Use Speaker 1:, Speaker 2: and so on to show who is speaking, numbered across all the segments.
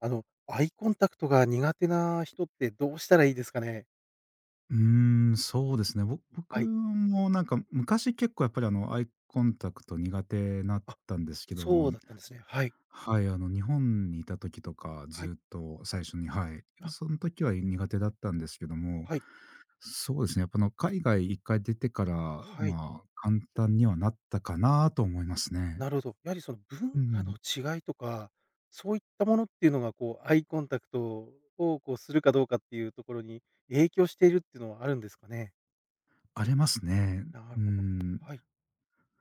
Speaker 1: アイコンタクトが苦手な人ってどうしたらいいですかね？
Speaker 2: うーん、そうですね。僕
Speaker 1: はい。
Speaker 2: もなんか昔結構やっぱりアイコンタクト苦手なっ
Speaker 1: あ、
Speaker 2: たんですけど、
Speaker 1: そうだったんですね。はい。
Speaker 2: はい、日本にいた時とか
Speaker 1: はい。
Speaker 2: ずっと最初に、はい、
Speaker 1: あ、
Speaker 2: その時は苦手だったんですけども、
Speaker 1: はい。
Speaker 2: そうですね、やっぱ海外一回出てから、
Speaker 1: はい。
Speaker 2: まあ簡単にはなったかなと思いますね。
Speaker 1: なるほど。やはりその
Speaker 2: う
Speaker 1: 文化の
Speaker 2: ん、
Speaker 1: 違いとか、そういったものっていうのがこう、アイコンタクトをこうするかどうかっていうところに影響しているっていうのはあるんですかね？
Speaker 2: あれますね。
Speaker 1: な
Speaker 2: う
Speaker 1: る
Speaker 2: ー
Speaker 1: ほど。
Speaker 2: ん。
Speaker 1: はい。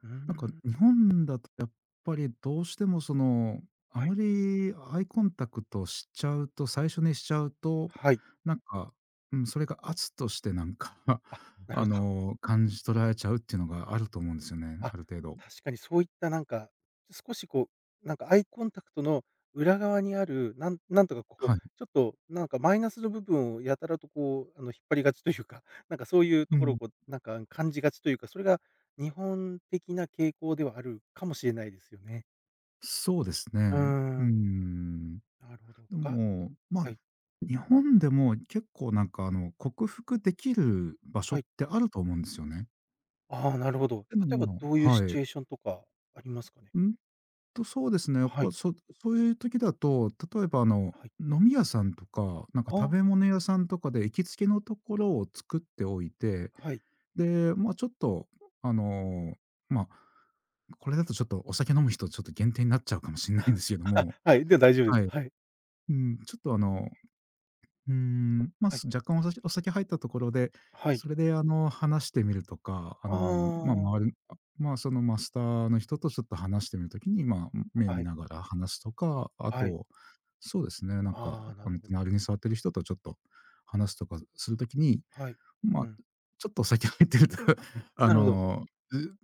Speaker 1: うー
Speaker 2: なんか
Speaker 1: ん。
Speaker 2: 日本だとやっぱりどうしてもあ
Speaker 1: は
Speaker 2: ま
Speaker 1: い。
Speaker 2: りアイコンタクトしちゃうと最初にしちゃうと、
Speaker 1: はい。
Speaker 2: なんか、うん、それが圧としてなんか
Speaker 1: あ、なるほど。
Speaker 2: 感じ取られちゃうっていうのがあると思うんですよね、
Speaker 1: あ、
Speaker 2: ある程度。
Speaker 1: 確かにそういったなんか、少しこう、なんかアイコンタクトの裏側にある、なんとかこう、
Speaker 2: はい。
Speaker 1: ちょっとなんかマイナスの部分をやたらとこう、あの、引っ張りがちというか、なんかそういう
Speaker 2: う
Speaker 1: ところ
Speaker 2: ん。
Speaker 1: をこう、なんか感じがちというか、それが日本的な傾向ではあるかもしれないですよね。
Speaker 2: そうです
Speaker 1: うー
Speaker 2: ね。う
Speaker 1: ん、
Speaker 2: ん。
Speaker 1: なるほど。
Speaker 2: でも、
Speaker 1: はい、
Speaker 2: 日本でも結構なんか克服できる場所
Speaker 1: は
Speaker 2: っ
Speaker 1: い。
Speaker 2: てあると思うんですよね。
Speaker 1: ああ、なるほ
Speaker 2: っ
Speaker 1: ど。
Speaker 2: ての
Speaker 1: 例えば
Speaker 2: も、
Speaker 1: どういう
Speaker 2: は
Speaker 1: シ
Speaker 2: い。
Speaker 1: チュエーションとかありますかね？
Speaker 2: んそうですね、やっ
Speaker 1: は
Speaker 2: ぱ、
Speaker 1: い、
Speaker 2: そういう時だと、例えば
Speaker 1: はい。
Speaker 2: 飲み屋さんとか、なんか
Speaker 1: あ
Speaker 2: 食
Speaker 1: あ、
Speaker 2: べ物屋さんとかで行きつけのところを作っておいて、
Speaker 1: はい。
Speaker 2: で、まあ、ちょっとあの、ま、あこれだとちょっとお酒飲む人ちょっと限定になっちゃうかもしれないんですけど も、
Speaker 1: はい、で、大丈夫です。
Speaker 2: はい。
Speaker 1: はい、
Speaker 2: うん、ちょっとまあ、
Speaker 1: はい、
Speaker 2: 若干お酒入ったところで、
Speaker 1: はい。
Speaker 2: それで話してみるとか、
Speaker 1: あ
Speaker 2: まあ、
Speaker 1: あ。
Speaker 2: 周りあ、まあ、そのマスターの人とちょっと話してみるときに、まあ、目
Speaker 1: は
Speaker 2: 見
Speaker 1: い、
Speaker 2: ながら話すとか、あ
Speaker 1: はい。
Speaker 2: と、そうですね、なんか、
Speaker 1: ああ、なるほど。
Speaker 2: 隣に座ってる人とちょっと話すとかするときに、
Speaker 1: はい。
Speaker 2: ま
Speaker 1: う
Speaker 2: あ、
Speaker 1: ん。
Speaker 2: ちょっとお酒入ってると、あ
Speaker 1: なるほど。
Speaker 2: の、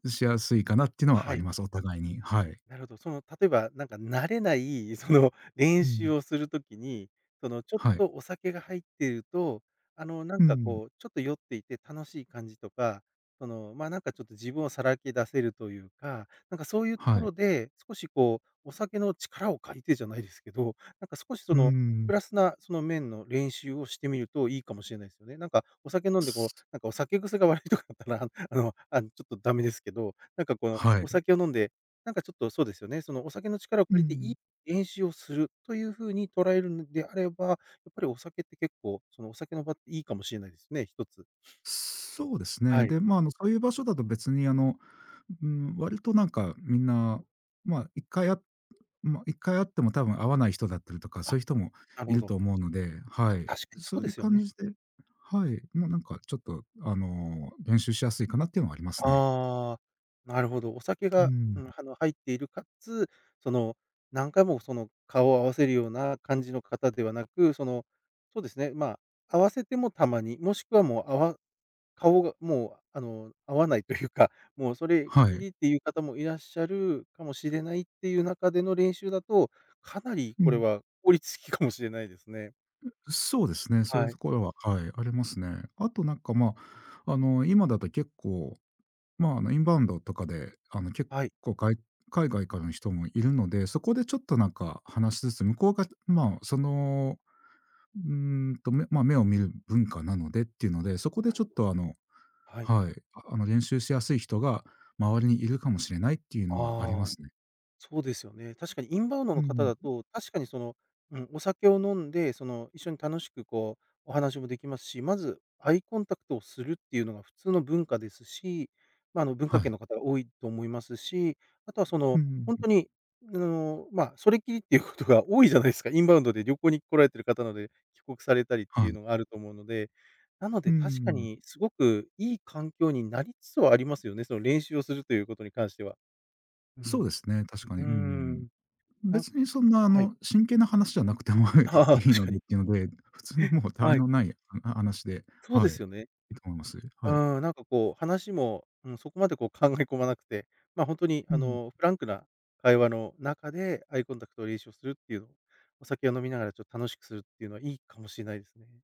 Speaker 2: うしやすいかなっていうのは
Speaker 1: は
Speaker 2: あり
Speaker 1: い。
Speaker 2: ます、お互いに。はい。
Speaker 1: なるほど。その例えば、なんか慣れないその
Speaker 2: う
Speaker 1: 練習
Speaker 2: ん。
Speaker 1: をするときに、そのちょっ
Speaker 2: はい。
Speaker 1: とお酒が入っていると、あのなん
Speaker 2: う
Speaker 1: か
Speaker 2: ん。
Speaker 1: こう、ちょっと酔っていて楽しい感じとか、その、ま、なんかちょっと自分をさらけ出せるというか、なんかそういうと
Speaker 2: は
Speaker 1: こ
Speaker 2: い。
Speaker 1: ろで、少しこう、お酒の力を借りてじゃないですけど、なんか少しそ
Speaker 2: う
Speaker 1: の、
Speaker 2: ん。
Speaker 1: プラスなその面の練習をしてみるといいかもしれないですよね。なんかお酒飲んでこう、なんかお酒癖が悪いとかだったら、ちょっとダメですけど、なんかこの
Speaker 2: は
Speaker 1: お
Speaker 2: い。
Speaker 1: 酒を飲んでなんかちょっとそうですよね。そのお酒の力を
Speaker 2: う
Speaker 1: 借りてい
Speaker 2: ん。
Speaker 1: い練習をするという風に捉えるのであれば、やっぱりお酒って結構、そのお酒の場っていいかもしれないですね、一つ。
Speaker 2: そうです
Speaker 1: は
Speaker 2: ね。
Speaker 1: い。
Speaker 2: で、まあ、そういう場所だと別にうん、割となんかみんな、まあ、一回会っても多分会わない人だったりとか、そ
Speaker 1: あ、
Speaker 2: ういう人も
Speaker 1: なる
Speaker 2: い
Speaker 1: ほ
Speaker 2: る
Speaker 1: ど。
Speaker 2: と思うので、はい。
Speaker 1: 確かにそ
Speaker 2: そ
Speaker 1: う
Speaker 2: うい
Speaker 1: で
Speaker 2: う
Speaker 1: すよ
Speaker 2: 感
Speaker 1: ね。
Speaker 2: じで、はい、もうなんかちょっと練習しやすいかなっていうのはありますね。
Speaker 1: ああ、なるほど。お酒
Speaker 2: う
Speaker 1: が、
Speaker 2: ん。
Speaker 1: うん、あの、入っているかつ、その、何回もその顔を合わせるような感じの方ではなく、その、そうですね、まあ、合わせてもたまに、もしくはもう顔がもう、あの、合わないというか、もうそれっ
Speaker 2: は
Speaker 1: き
Speaker 2: い。
Speaker 1: りっていう方もいらっしゃるかもしれないっていう中での練習だと、かなり
Speaker 2: う
Speaker 1: これ
Speaker 2: ん、
Speaker 1: は効率的かもしれないですね。
Speaker 2: そうですね、そういう
Speaker 1: は
Speaker 2: と
Speaker 1: い。
Speaker 2: ころは、はい、ありますね。あとなんか、まあ、今だと結構まあ、インバウンドとかで、結
Speaker 1: はい。
Speaker 2: 構海外からの人もいるので、そこでちょっとなんか話しつつ、向こうが、まあ、目を見る文化なのでっていうので、そこで
Speaker 1: なる
Speaker 2: ちょ
Speaker 1: ほ
Speaker 2: っ
Speaker 1: ど。
Speaker 2: と
Speaker 1: はい。
Speaker 2: はい、練習しやすい人が周りにいるかもしれないっていうのはあり
Speaker 1: あ
Speaker 2: ま
Speaker 1: あ。
Speaker 2: すね。
Speaker 1: そうですよね。確かにインバウンド
Speaker 2: う
Speaker 1: の
Speaker 2: ん
Speaker 1: 方だ
Speaker 2: うん。
Speaker 1: と、確かにその、うん、お酒を飲んで、その、一緒に楽しくこう、お話もできますし、まずアイコンタクトをするっていうのが普通の文化ですし、まあ、あの、文
Speaker 2: は
Speaker 1: 化圏
Speaker 2: い。
Speaker 1: の方が多いと思いますし、あとはそ
Speaker 2: う
Speaker 1: の、
Speaker 2: んうん
Speaker 1: 本
Speaker 2: うん。
Speaker 1: 当に、あの、まあ、それっきりっていうことが多いじゃないですか。インバウンドで旅行に来られてる方なので、帰国されたりって
Speaker 2: は
Speaker 1: いう
Speaker 2: い。
Speaker 1: のがあると思うので、なの
Speaker 2: うん
Speaker 1: で
Speaker 2: う
Speaker 1: 確
Speaker 2: ん
Speaker 1: か
Speaker 2: う
Speaker 1: に
Speaker 2: ん。
Speaker 1: すごくいい環境になりつつはありますよね、その練習をするということに関しては。う
Speaker 2: そう
Speaker 1: ん、
Speaker 2: ですね、確か
Speaker 1: うー
Speaker 2: に。うんうん
Speaker 1: ん。
Speaker 2: うん。
Speaker 1: なんか
Speaker 2: 別にそんな
Speaker 1: はい。
Speaker 2: 真剣な話じゃなくても
Speaker 1: ああ、
Speaker 2: いい
Speaker 1: 確
Speaker 2: の
Speaker 1: か
Speaker 2: でっ
Speaker 1: に。
Speaker 2: ていうので、普通にもうたわい
Speaker 1: はい。
Speaker 2: のない、話で、
Speaker 1: そう
Speaker 2: は
Speaker 1: で
Speaker 2: い、い
Speaker 1: すよね。
Speaker 2: いと思います。
Speaker 1: う
Speaker 2: はい。
Speaker 1: ーん、なんかこう話も、うん、そこまでこう考え込まなくて、まあ、ほんとに
Speaker 2: う
Speaker 1: あ
Speaker 2: ん、
Speaker 1: の、フランクな会話の中でアイコンタクトを練習するっていうのを、お酒を飲みながらちょっと楽しくするっていうのはいいかもしれないですね。なる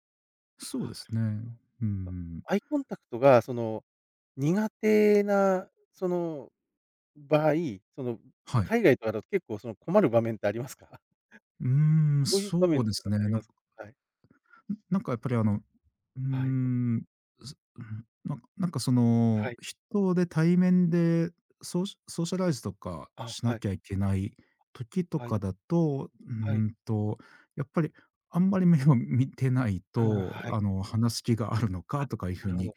Speaker 2: そうですね。う
Speaker 1: ほど。
Speaker 2: ん
Speaker 1: そっか。アイコンタクトがその、苦手なその場合、その
Speaker 2: はい。
Speaker 1: 海外とかだと結構その困る場面ってありますか？
Speaker 2: うーん、
Speaker 1: どういう場
Speaker 2: そう
Speaker 1: 面
Speaker 2: で
Speaker 1: と
Speaker 2: す
Speaker 1: かっ
Speaker 2: ね。
Speaker 1: てあ
Speaker 2: な
Speaker 1: り
Speaker 2: ん
Speaker 1: ます？はい。
Speaker 2: なんかやっぱりあの、うー
Speaker 1: はい。
Speaker 2: ん、すうん、なんか
Speaker 1: はい。
Speaker 2: 人で対面でソーシャライズとか
Speaker 1: あ、
Speaker 2: しな
Speaker 1: はい。
Speaker 2: きゃいけない時と
Speaker 1: はい。
Speaker 2: かだと、
Speaker 1: はい。
Speaker 2: んと、やっぱりあんまり目を見てない
Speaker 1: うん、
Speaker 2: と、
Speaker 1: はい。
Speaker 2: 話す気があるのか
Speaker 1: あ、
Speaker 2: とかいう
Speaker 1: な
Speaker 2: 風
Speaker 1: るほ
Speaker 2: に
Speaker 1: ど。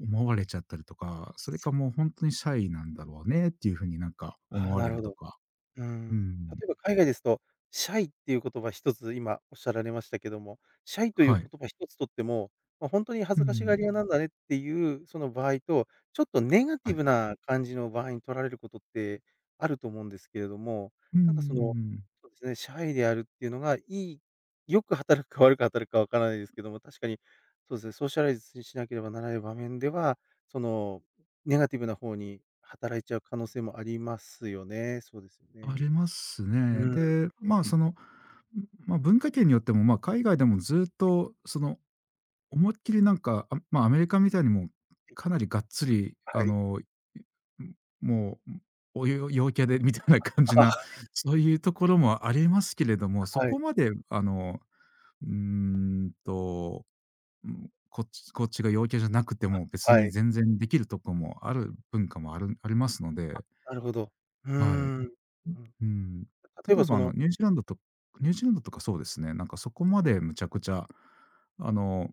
Speaker 2: 思われちゃったりとか、それかもうほんとにシャイなんだろうねっていう風になんか
Speaker 1: あ
Speaker 2: 思
Speaker 1: あ、
Speaker 2: わ
Speaker 1: な
Speaker 2: れ
Speaker 1: る
Speaker 2: る
Speaker 1: ほ
Speaker 2: と
Speaker 1: ど。
Speaker 2: か。
Speaker 1: うー
Speaker 2: う
Speaker 1: ん。例
Speaker 2: ん。
Speaker 1: えば海外ですと、シャイっていう言葉一つ今おっしゃられましたけども、シャイという
Speaker 2: はい。
Speaker 1: 言葉一つとっても、ま、ほんとに恥
Speaker 2: う
Speaker 1: ずかし
Speaker 2: ん、
Speaker 1: がり屋なんだねっていうその場合と、ちょっとネガテ
Speaker 2: は
Speaker 1: ィ
Speaker 2: い。
Speaker 1: ブな感じの場合に取られることってあると思うんですけれども、
Speaker 2: うう
Speaker 1: なんかその、
Speaker 2: ん。
Speaker 1: そうですね、シャイであるっていうのが良く働くか悪く働くかわからないですけども、確かにそうですね、ソーシャライズしなければならない場面では、そのネガティブな方に働いちゃう可能性もありますよね。そうですよ
Speaker 2: あ
Speaker 1: ね。
Speaker 2: ります
Speaker 1: う
Speaker 2: ね。
Speaker 1: ーん。
Speaker 2: で、うまあ、ん。まあ、文化圏によっても、まあ、海外でもずっと、思いっきりなんか、まあ、アメリカみたいにもかなりがっつり、
Speaker 1: はい。
Speaker 2: もう、陽キャでみたいな感じ
Speaker 1: あ、
Speaker 2: な、そういうところもありますけれども、そ
Speaker 1: はい、
Speaker 2: こまで、うーんと、うん、こっちが陽キャじゃなくても、別
Speaker 1: は
Speaker 2: に
Speaker 1: い。
Speaker 2: 全然できるとこもある文化もありますので、
Speaker 1: なるほど。うー
Speaker 2: はい。
Speaker 1: ん。うん。
Speaker 2: うん。
Speaker 1: 例え
Speaker 2: 例
Speaker 1: ば
Speaker 2: え
Speaker 1: そ
Speaker 2: ば
Speaker 1: の、
Speaker 2: ニュージーランドとニュージーランドとかそうですね、なんかそこまでむちゃくちゃ、あの、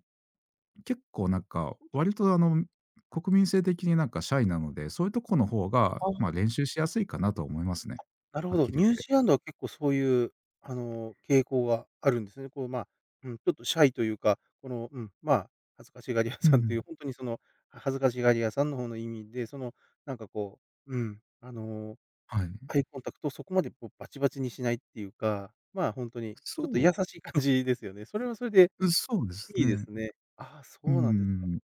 Speaker 2: 結構なんか割と国民性的になんかシャイなので、そういうとこの方が、ま、
Speaker 1: あ、
Speaker 2: 練習しやすいかなと思いますね。
Speaker 1: なる
Speaker 2: は
Speaker 1: ほ
Speaker 2: っき
Speaker 1: ど、
Speaker 2: り言
Speaker 1: ニ
Speaker 2: っ
Speaker 1: ュー
Speaker 2: て。
Speaker 1: ジーランドは結構そういう、あの、傾向があるんですね。こう、まあ、うん、ちょっとシャイというか、この、うん、まあ、恥ずかしがり屋
Speaker 2: う
Speaker 1: さんとい
Speaker 2: ん
Speaker 1: う、ほんとにその、恥ずかしがり屋さんの方の意味で、その、なんかこう、うん、あの
Speaker 2: はい。
Speaker 1: アイコンタクトをそこまでこうバチバチにしないっていうか、まあ、ほんとにちょっと
Speaker 2: そ
Speaker 1: 優しい感じですよね。それはそれで
Speaker 2: う、そうです
Speaker 1: いいで
Speaker 2: ね。
Speaker 1: すね。ああ、そ
Speaker 2: う
Speaker 1: うなんですか。
Speaker 2: んうん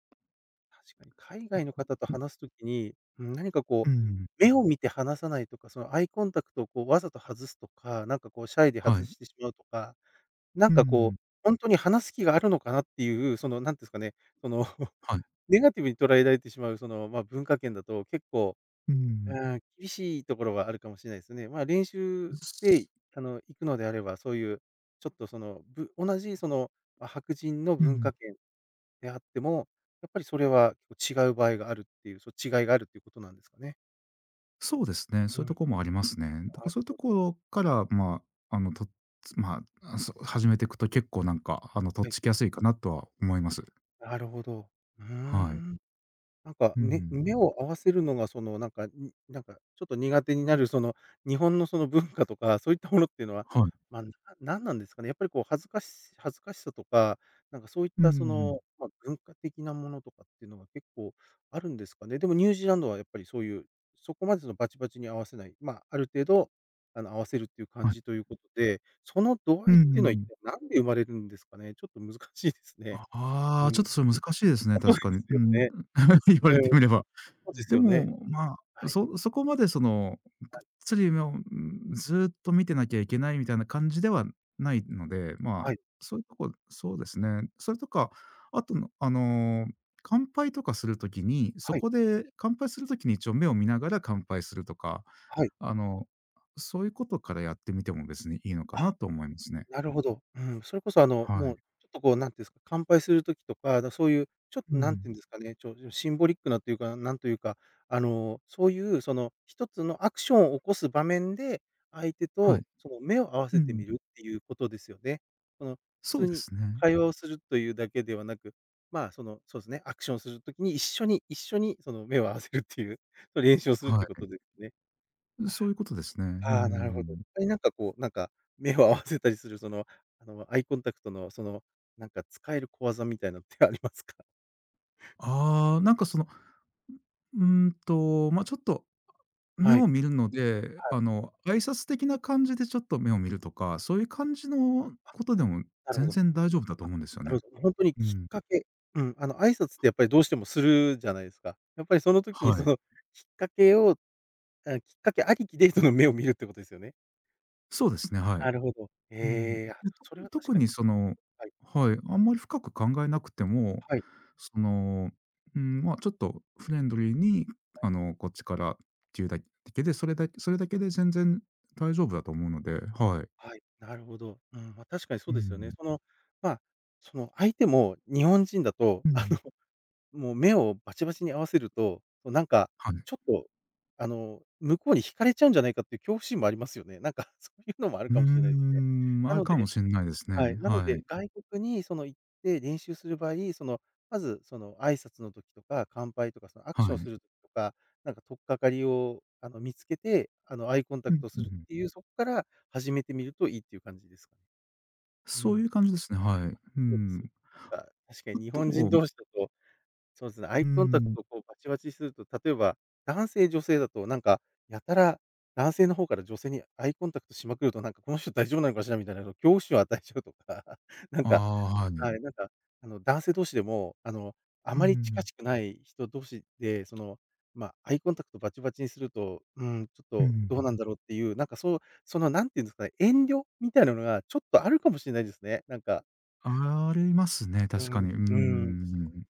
Speaker 1: 確かに海
Speaker 2: なん
Speaker 1: 外の
Speaker 2: か
Speaker 1: 方と話す時に、うん、何か
Speaker 2: う
Speaker 1: こう、
Speaker 2: ん
Speaker 1: 目を見て話さないとか、そのアイコンタクトをこうわざと外すとか、なんかこうシャイで
Speaker 2: は
Speaker 1: 外
Speaker 2: い。
Speaker 1: してしまうとか、なん
Speaker 2: うん
Speaker 1: かこ
Speaker 2: ん。
Speaker 1: う、ほんとに話す気があるのかなっていう、その、なんてんすかね、その
Speaker 2: はい。
Speaker 1: ネガティブに捉えられてしまう、その、ま、文化圏だと結構
Speaker 2: うん
Speaker 1: うん、厳しいところはあるかもしれないですね。まあ、練習で、
Speaker 2: す
Speaker 1: あの、行くのであれば、そういうちょっとその、同じその、ま、白人の
Speaker 2: うんう
Speaker 1: 文
Speaker 2: ん。
Speaker 1: 化圏であっても、やっぱりそれは違う場合があるっていう、違いがあるっていうことなんですかね。
Speaker 2: そうですね。
Speaker 1: う
Speaker 2: そういう
Speaker 1: ん、
Speaker 2: と
Speaker 1: な
Speaker 2: こもありますね。だからそうい
Speaker 1: る
Speaker 2: うと
Speaker 1: ほど。
Speaker 2: ころから、まあ、あの、とまあ、あ、そう、始めていくと結構なんか、とっ
Speaker 1: はい、
Speaker 2: つきやすいかなとは思います。
Speaker 1: なるほど。うー
Speaker 2: はい。
Speaker 1: ん。なんか、
Speaker 2: う
Speaker 1: ね、
Speaker 2: ん
Speaker 1: 目を合わせるのがその、なんか、になんか、ちょっと苦手になる、その、日本のその文化とか、そういったものっていうのは、
Speaker 2: はい。
Speaker 1: ま、なんなんですかね。やっぱりこう恥ずかしさとか、なんかそういっ
Speaker 2: う
Speaker 1: たそ
Speaker 2: ん
Speaker 1: の、ま、文化的なものとかっていうのが結構あるんですかね。でもニュージーランドはやっぱりそういう、そこまでそのバチバチに合わせない、ま、ある程度、あの、合わせるっていう感
Speaker 2: はい。
Speaker 1: じということで、その度
Speaker 2: う
Speaker 1: 合いっていうのは一
Speaker 2: ん
Speaker 1: 体何で生まれるんですかね。ちょっと難しいですね。う
Speaker 2: ちょっ
Speaker 1: ん。
Speaker 2: とそれ難しいですね、
Speaker 1: そう
Speaker 2: 確
Speaker 1: で
Speaker 2: かに。
Speaker 1: す
Speaker 2: う
Speaker 1: よ
Speaker 2: ん。
Speaker 1: ね。
Speaker 2: 言わ
Speaker 1: う
Speaker 2: れて
Speaker 1: ん、
Speaker 2: みれば。
Speaker 1: そうで
Speaker 2: で
Speaker 1: すよね。
Speaker 2: も、ま
Speaker 1: は
Speaker 2: あ、
Speaker 1: い、
Speaker 2: そこまでが
Speaker 1: は
Speaker 2: っ
Speaker 1: い、
Speaker 2: つり夢を、ずっと見てなきゃいけないみたいな感じではないので、まあ、
Speaker 1: はい、
Speaker 2: そういうとこそうですね。それとか、あとの、乾杯とかするときに、そ
Speaker 1: はい、
Speaker 2: こで乾杯するときに一応目を見ながら乾杯するとか、
Speaker 1: はい。
Speaker 2: あの、そういうことからやってみても別にいいのかな
Speaker 1: あ、
Speaker 2: と思いますね。
Speaker 1: なるほど。うん、それこそ
Speaker 2: は
Speaker 1: も
Speaker 2: い。
Speaker 1: うちょっとこう、なんていうんですか、乾杯する時とか、そういうちょっ
Speaker 2: う
Speaker 1: となんていう
Speaker 2: ん。
Speaker 1: んですかね、シンボリックなというか、なんというか、あの、そういうその一つのアクションを起こす場面で、相手
Speaker 2: はい。
Speaker 1: とその目を合わ
Speaker 2: う
Speaker 1: せて
Speaker 2: ん。
Speaker 1: みるっていうことですよね。その普
Speaker 2: そう
Speaker 1: 通
Speaker 2: で
Speaker 1: に
Speaker 2: すね。
Speaker 1: 会話をするというだけではなく、まあ、その、そうですね、アクションするときに一緒にその目を合わせるっていう、それ練習をするっていうこ
Speaker 2: は
Speaker 1: とですね。
Speaker 2: い。そういうことですね。う
Speaker 1: ああ、なるほど。
Speaker 2: ん。
Speaker 1: 他になんか、目を合わせたりする、その、あの、アイコンタクトの、その、なんか使える小技みたいなのってありますか？
Speaker 2: ああ、なんかうまあ、ちょっと目
Speaker 1: はい。
Speaker 2: を見るので、
Speaker 1: はい。
Speaker 2: 挨拶的な感じでちょっと目を見るとか、そういう感じの
Speaker 1: あ、
Speaker 2: ことでも
Speaker 1: なるほ
Speaker 2: 全
Speaker 1: ど。
Speaker 2: 然大丈夫だと思うんですよ
Speaker 1: なる
Speaker 2: ね。
Speaker 1: ほど。ほんとに
Speaker 2: う
Speaker 1: きっ
Speaker 2: ん。
Speaker 1: かけうん、あの、挨拶ってやっぱりどうしてもするじゃないですか。やっぱりその時に
Speaker 2: は
Speaker 1: そ
Speaker 2: い。
Speaker 1: の、きっかけをあ、きっかけありきでその目を見るってことですよね。
Speaker 2: そうですね、はい。
Speaker 1: なるほど。
Speaker 2: うん。で、
Speaker 1: ええ、あ、
Speaker 2: と
Speaker 1: それは確
Speaker 2: 特
Speaker 1: かに。
Speaker 2: に
Speaker 1: はい。
Speaker 2: はい、あんまり深く考えなくても、
Speaker 1: はい。
Speaker 2: その、うん、まあ、ちょっとフレンドリーに、こっちからっていうだけで、それだけで全然大丈夫だと思うので、はい。
Speaker 1: はい。なるほど。うん、ま、確かに
Speaker 2: う
Speaker 1: そうですよね。
Speaker 2: ん。
Speaker 1: その、まあ、その、相手も日本人だと、
Speaker 2: う
Speaker 1: あ
Speaker 2: ん。
Speaker 1: のもう目をバチバチに合わせると、なんか、
Speaker 2: はい。
Speaker 1: ちょっと、あの、向こうに惹かれちゃうんじゃないかっていう恐怖心もありますよね。なんか そういうのもある
Speaker 2: うー
Speaker 1: かもしれないですね。
Speaker 2: ん、
Speaker 1: な
Speaker 2: ある
Speaker 1: の
Speaker 2: かも
Speaker 1: で
Speaker 2: しれないです
Speaker 1: は
Speaker 2: ね。
Speaker 1: い、なの
Speaker 2: はい。
Speaker 1: で、外国にその行って練習する場合、その、まずその挨拶の時とか、乾杯とか、そのアクシ
Speaker 2: は
Speaker 1: ョンす
Speaker 2: い。
Speaker 1: る時とか、なんか取っかかりをあの、見つけて、あの、アイコンタ
Speaker 2: う
Speaker 1: ク
Speaker 2: ん、
Speaker 1: ト
Speaker 2: う
Speaker 1: する
Speaker 2: ん。
Speaker 1: っていう、そこから始めてみるといいっていう感じですかね。う
Speaker 2: そうい
Speaker 1: ん、
Speaker 2: う感じですね、はい。う
Speaker 1: そうですよ
Speaker 2: ん。
Speaker 1: ね。なんか、確か
Speaker 2: ふ
Speaker 1: に日本人
Speaker 2: と、
Speaker 1: 同士だとそうですね、ア
Speaker 2: う
Speaker 1: イコンタク
Speaker 2: ん。
Speaker 1: トをこうバチバチすると、例えば、男性女性だとなんか、やたら男性の方から女性にアイコンタクトしまくると、なんかこの人大丈夫なのかしらみたいなのを恐怖心を与えちゃうとか、なん
Speaker 2: あ
Speaker 1: か、
Speaker 2: あ、は
Speaker 1: はい、なん
Speaker 2: い。
Speaker 1: か、あの、男性同士でも、あの、あ
Speaker 2: う
Speaker 1: まり近
Speaker 2: ん、
Speaker 1: しくない人同士で、その、まあ、アイコンタクトバチバチにすると、うん、ちょっ
Speaker 2: う
Speaker 1: とどう
Speaker 2: ん。
Speaker 1: なんだろうっていう、なんかそう、そのなんていうんですかね、遠慮みたいなのがちょっとあるかもしれないですね。なんか、
Speaker 2: ありますね、
Speaker 1: う
Speaker 2: 確か
Speaker 1: ん、
Speaker 2: に。うー
Speaker 1: うん、
Speaker 2: ん。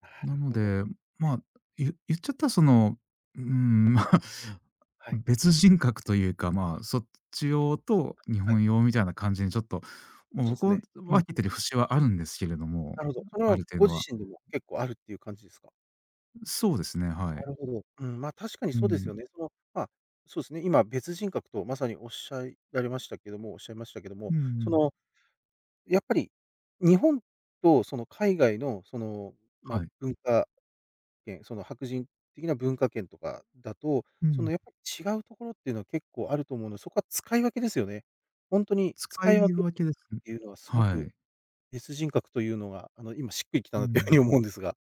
Speaker 1: な
Speaker 2: な
Speaker 1: る
Speaker 2: の
Speaker 1: ほど。
Speaker 2: で、まあ、言っちゃったらまあ、
Speaker 1: はい、
Speaker 2: 別人格というか、まあ、そっち用と日
Speaker 1: は
Speaker 2: 本
Speaker 1: い、
Speaker 2: 用みたいな感じにちょっと、もう
Speaker 1: そうで
Speaker 2: 僕
Speaker 1: す
Speaker 2: は
Speaker 1: ね。うん。
Speaker 2: 分けてる節はあるんですけれども、
Speaker 1: なるほど。それ
Speaker 2: あ
Speaker 1: は
Speaker 2: る程
Speaker 1: ご
Speaker 2: 度
Speaker 1: 自
Speaker 2: は。
Speaker 1: 身でも結構あるっていう感じですか？
Speaker 2: そうですね、は
Speaker 1: な
Speaker 2: い。
Speaker 1: るほど。うん、ま、確かに
Speaker 2: う
Speaker 1: そうです
Speaker 2: ん。
Speaker 1: よね。その、まあ、そうですね、今別人格とまさにおっしゃいられましたけどもおっしゃいましたけど
Speaker 2: う
Speaker 1: も、
Speaker 2: んう
Speaker 1: そ
Speaker 2: ん。
Speaker 1: の、やっぱり日本とその海外のその、まあ、
Speaker 2: はい。
Speaker 1: 文化圏、その白人的な文化圏とかだと、
Speaker 2: う
Speaker 1: そ
Speaker 2: ん。
Speaker 1: のやっぱり違うところっていうのは結構あると思うので、そこは使い分けですよね。本当に
Speaker 2: 使
Speaker 1: 使い分
Speaker 2: い
Speaker 1: けっ
Speaker 2: 分けです。
Speaker 1: ていうのはすご
Speaker 2: は
Speaker 1: く
Speaker 2: い。
Speaker 1: 別人格というのが、あの、今しっくりきた
Speaker 2: う
Speaker 1: なというふう
Speaker 2: ん。
Speaker 1: に思うんですが。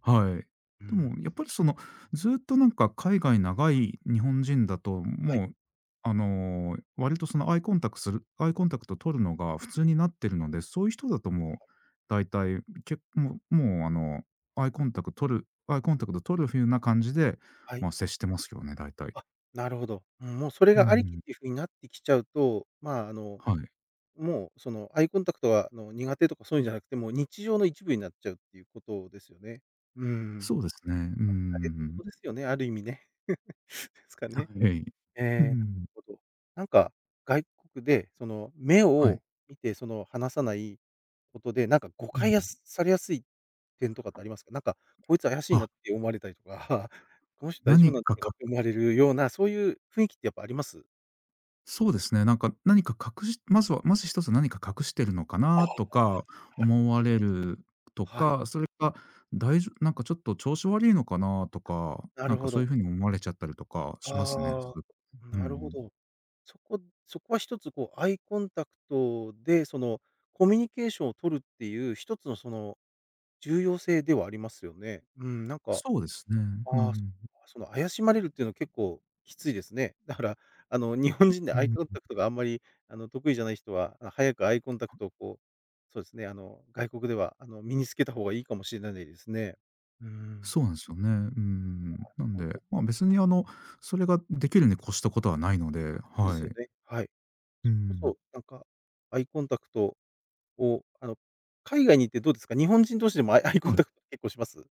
Speaker 2: はい。
Speaker 1: う
Speaker 2: でも
Speaker 1: ん。
Speaker 2: やっぱりずっとなんか海外長い日本人だと、
Speaker 1: はい、はい。
Speaker 2: もう、割とアイコンタクするアイコンタクト取るのが普通になってるので、そういう人だともう大体、けもうもうあの、アイコンタクト取るアイコンタクト取るふうな感じで、
Speaker 1: はい。
Speaker 2: ま、接してますよね、大体。
Speaker 1: あ、なるほど。うん、もうそれ
Speaker 2: う
Speaker 1: がありきっ
Speaker 2: ん。
Speaker 1: ていう風になってきちゃうと、まあ、あの、
Speaker 2: はい。
Speaker 1: もうそのアイコンタクトがあの苦手とかそういうんじゃなくて、もう日常の一部になっちゃうっていうことですよね。うん。
Speaker 2: そうですね。うんう
Speaker 1: あれっ
Speaker 2: んう
Speaker 1: てことで
Speaker 2: ん
Speaker 1: すよね、ある意味ね。ですかね。
Speaker 2: うん。はい。う
Speaker 1: えーなる
Speaker 2: ん。
Speaker 1: ほど。なんか、外国でその目
Speaker 2: はい。
Speaker 1: を見てその話さないことで、なんか誤
Speaker 2: う
Speaker 1: 解や
Speaker 2: ん。
Speaker 1: すされやすい点とかってありますか？なんか、こいつ怪しいな
Speaker 2: あ、
Speaker 1: って思われたりとか、この人大丈夫
Speaker 2: 何
Speaker 1: なんだ
Speaker 2: か
Speaker 1: ろうか
Speaker 2: か
Speaker 1: って思われるような、そういう雰囲気ってやっぱあります？
Speaker 2: そうですね、なんか何か隠しまずはまず一つ何か隠してるのか
Speaker 1: あ
Speaker 2: なとか
Speaker 1: あ、なるほ
Speaker 2: 思わ
Speaker 1: ど。
Speaker 2: れると
Speaker 1: はい、
Speaker 2: か、それか、大丈夫なんかちょっと調子悪いのかなとか、
Speaker 1: な
Speaker 2: なん
Speaker 1: る
Speaker 2: か
Speaker 1: ほ
Speaker 2: そういう
Speaker 1: ど。
Speaker 2: 風に思われちゃったりとかしますね。
Speaker 1: ああ、
Speaker 2: うんう
Speaker 1: なるほ
Speaker 2: ん。
Speaker 1: ど。そこそこは一つこうアイコンタクトで、そのコミュニケーションを取るっていう一つのその重要性ではありますよね。うん、なんか、
Speaker 2: そうですね。うんう
Speaker 1: ああ、
Speaker 2: ん。
Speaker 1: その怪しまれるっていうのは結構きついですね。だからあの日本人でアイコンタクトがあんまりあの得意じゃない人は、あ、早くアイコンタクトをこう、そうですね、あの外国ではあの身につけた方がいいかもしれないですね。うーん、
Speaker 2: そうなんですよね。うんうんなん
Speaker 1: ほん
Speaker 2: で、
Speaker 1: と、
Speaker 2: まあ、別にそれができるに越したことはないので、
Speaker 1: そうで
Speaker 2: は
Speaker 1: すよ
Speaker 2: い。
Speaker 1: ね。はい。
Speaker 2: う
Speaker 1: それ
Speaker 2: ん。
Speaker 1: こそ、なんか、アイコンタクトを、あの、海外に行ってどうですか？日本人同士でもアイ アイコン
Speaker 2: は
Speaker 1: タク
Speaker 2: い。
Speaker 1: ト結構します？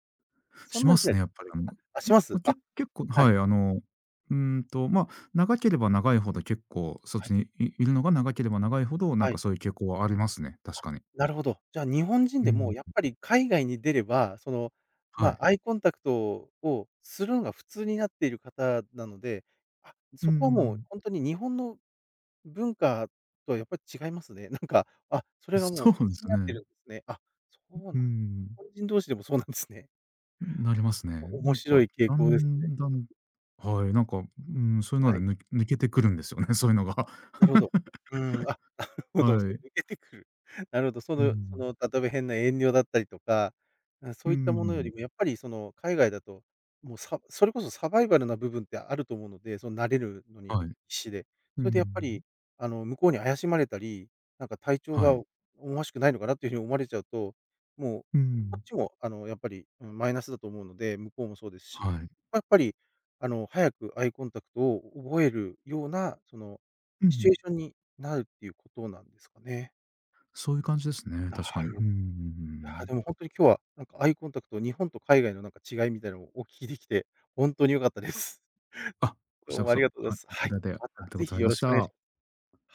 Speaker 1: そ
Speaker 2: し
Speaker 1: んな
Speaker 2: ま
Speaker 1: にし
Speaker 2: す
Speaker 1: ない
Speaker 2: ね、
Speaker 1: です
Speaker 2: やっぱり、
Speaker 1: あ、あ、します？
Speaker 2: け
Speaker 1: あ、
Speaker 2: 結構
Speaker 1: はい、
Speaker 2: はい、まあ、長ければ長いほど結構そっ
Speaker 1: は
Speaker 2: ち
Speaker 1: い、
Speaker 2: にいるのが長ければ長いほど、なん
Speaker 1: は
Speaker 2: か
Speaker 1: い。
Speaker 2: そういう傾向はありますね、確
Speaker 1: あ、
Speaker 2: かに。
Speaker 1: なるほど。じゃあ、日本人
Speaker 2: う
Speaker 1: で
Speaker 2: ん、
Speaker 1: もやっぱり海外に出れば、その、ま
Speaker 2: はい。
Speaker 1: あ、アイコンタクトをするのが普通になっている方なので、あ、
Speaker 2: う
Speaker 1: そこはもう
Speaker 2: ん
Speaker 1: ほんとに日本の文化とはやっぱり違いますね。なんか、あ、それがもう
Speaker 2: そ
Speaker 1: 普通
Speaker 2: うで
Speaker 1: に
Speaker 2: す
Speaker 1: なって
Speaker 2: ね。
Speaker 1: るんですね。あ、そうな
Speaker 2: う
Speaker 1: ん日
Speaker 2: ん、
Speaker 1: 本人同士でもそうなんですね。
Speaker 2: なりますね。
Speaker 1: お
Speaker 2: な
Speaker 1: 面
Speaker 2: んか、
Speaker 1: 白い傾
Speaker 2: だ
Speaker 1: 向ですね。
Speaker 2: んだんはい、なんか、うん、そういうの
Speaker 1: は
Speaker 2: で
Speaker 1: い。
Speaker 2: 抜けてくるんですよね、そういうのが。
Speaker 1: なるほど。うん、あ、ほど、
Speaker 2: は
Speaker 1: そう、
Speaker 2: い。
Speaker 1: 抜けてくる。なるほど、そ
Speaker 2: う
Speaker 1: のそ
Speaker 2: ん。
Speaker 1: の、例えば変な遠慮だったりとか、あそ
Speaker 2: うん
Speaker 1: うい
Speaker 2: う
Speaker 1: ったものよりも
Speaker 2: ん
Speaker 1: やっぱりその、海外だと、もう、それこそサバイバルな部分ってあると思うので、その慣れるのに
Speaker 2: はい。
Speaker 1: 必死で。
Speaker 2: う
Speaker 1: それでやっぱ
Speaker 2: ん
Speaker 1: り、あの、向こうに怪しまれたり、なんか体調
Speaker 2: は
Speaker 1: が
Speaker 2: い。
Speaker 1: 思わしくないのかなっていうふうに思われちゃうと、もう、
Speaker 2: う
Speaker 1: こっ
Speaker 2: ん
Speaker 1: ちも、あの、やっぱり、うん、マイナスだと思うので、向こうもそうです
Speaker 2: は
Speaker 1: し、
Speaker 2: い。
Speaker 1: まやっぱり、あの、早くアイコンタクトを覚えるような、その、
Speaker 2: う
Speaker 1: シチュ
Speaker 2: ん。
Speaker 1: エーションになるっていうことなんですかね。
Speaker 2: そういう感じですね、
Speaker 1: なる
Speaker 2: 確か
Speaker 1: ほ
Speaker 2: に。うん
Speaker 1: ど
Speaker 2: う
Speaker 1: い
Speaker 2: んうんう
Speaker 1: や、
Speaker 2: ん。
Speaker 1: でも本当に今日は、なんかアイコンタクト、日本と海外のなんか違いみたいなのをお聞きできて、本当に良かったです。
Speaker 2: あ、こち
Speaker 1: どう
Speaker 2: らこ
Speaker 1: もあり
Speaker 2: そ、
Speaker 1: がとうござ
Speaker 2: い
Speaker 1: います。
Speaker 2: た
Speaker 1: はい、
Speaker 2: だいてあ
Speaker 1: ま
Speaker 2: りが
Speaker 1: た
Speaker 2: とうご
Speaker 1: ぜ
Speaker 2: ざ
Speaker 1: ひ
Speaker 2: い
Speaker 1: よ
Speaker 2: ま
Speaker 1: ろ
Speaker 2: し
Speaker 1: しくお願いし
Speaker 2: た。
Speaker 1: ますはい。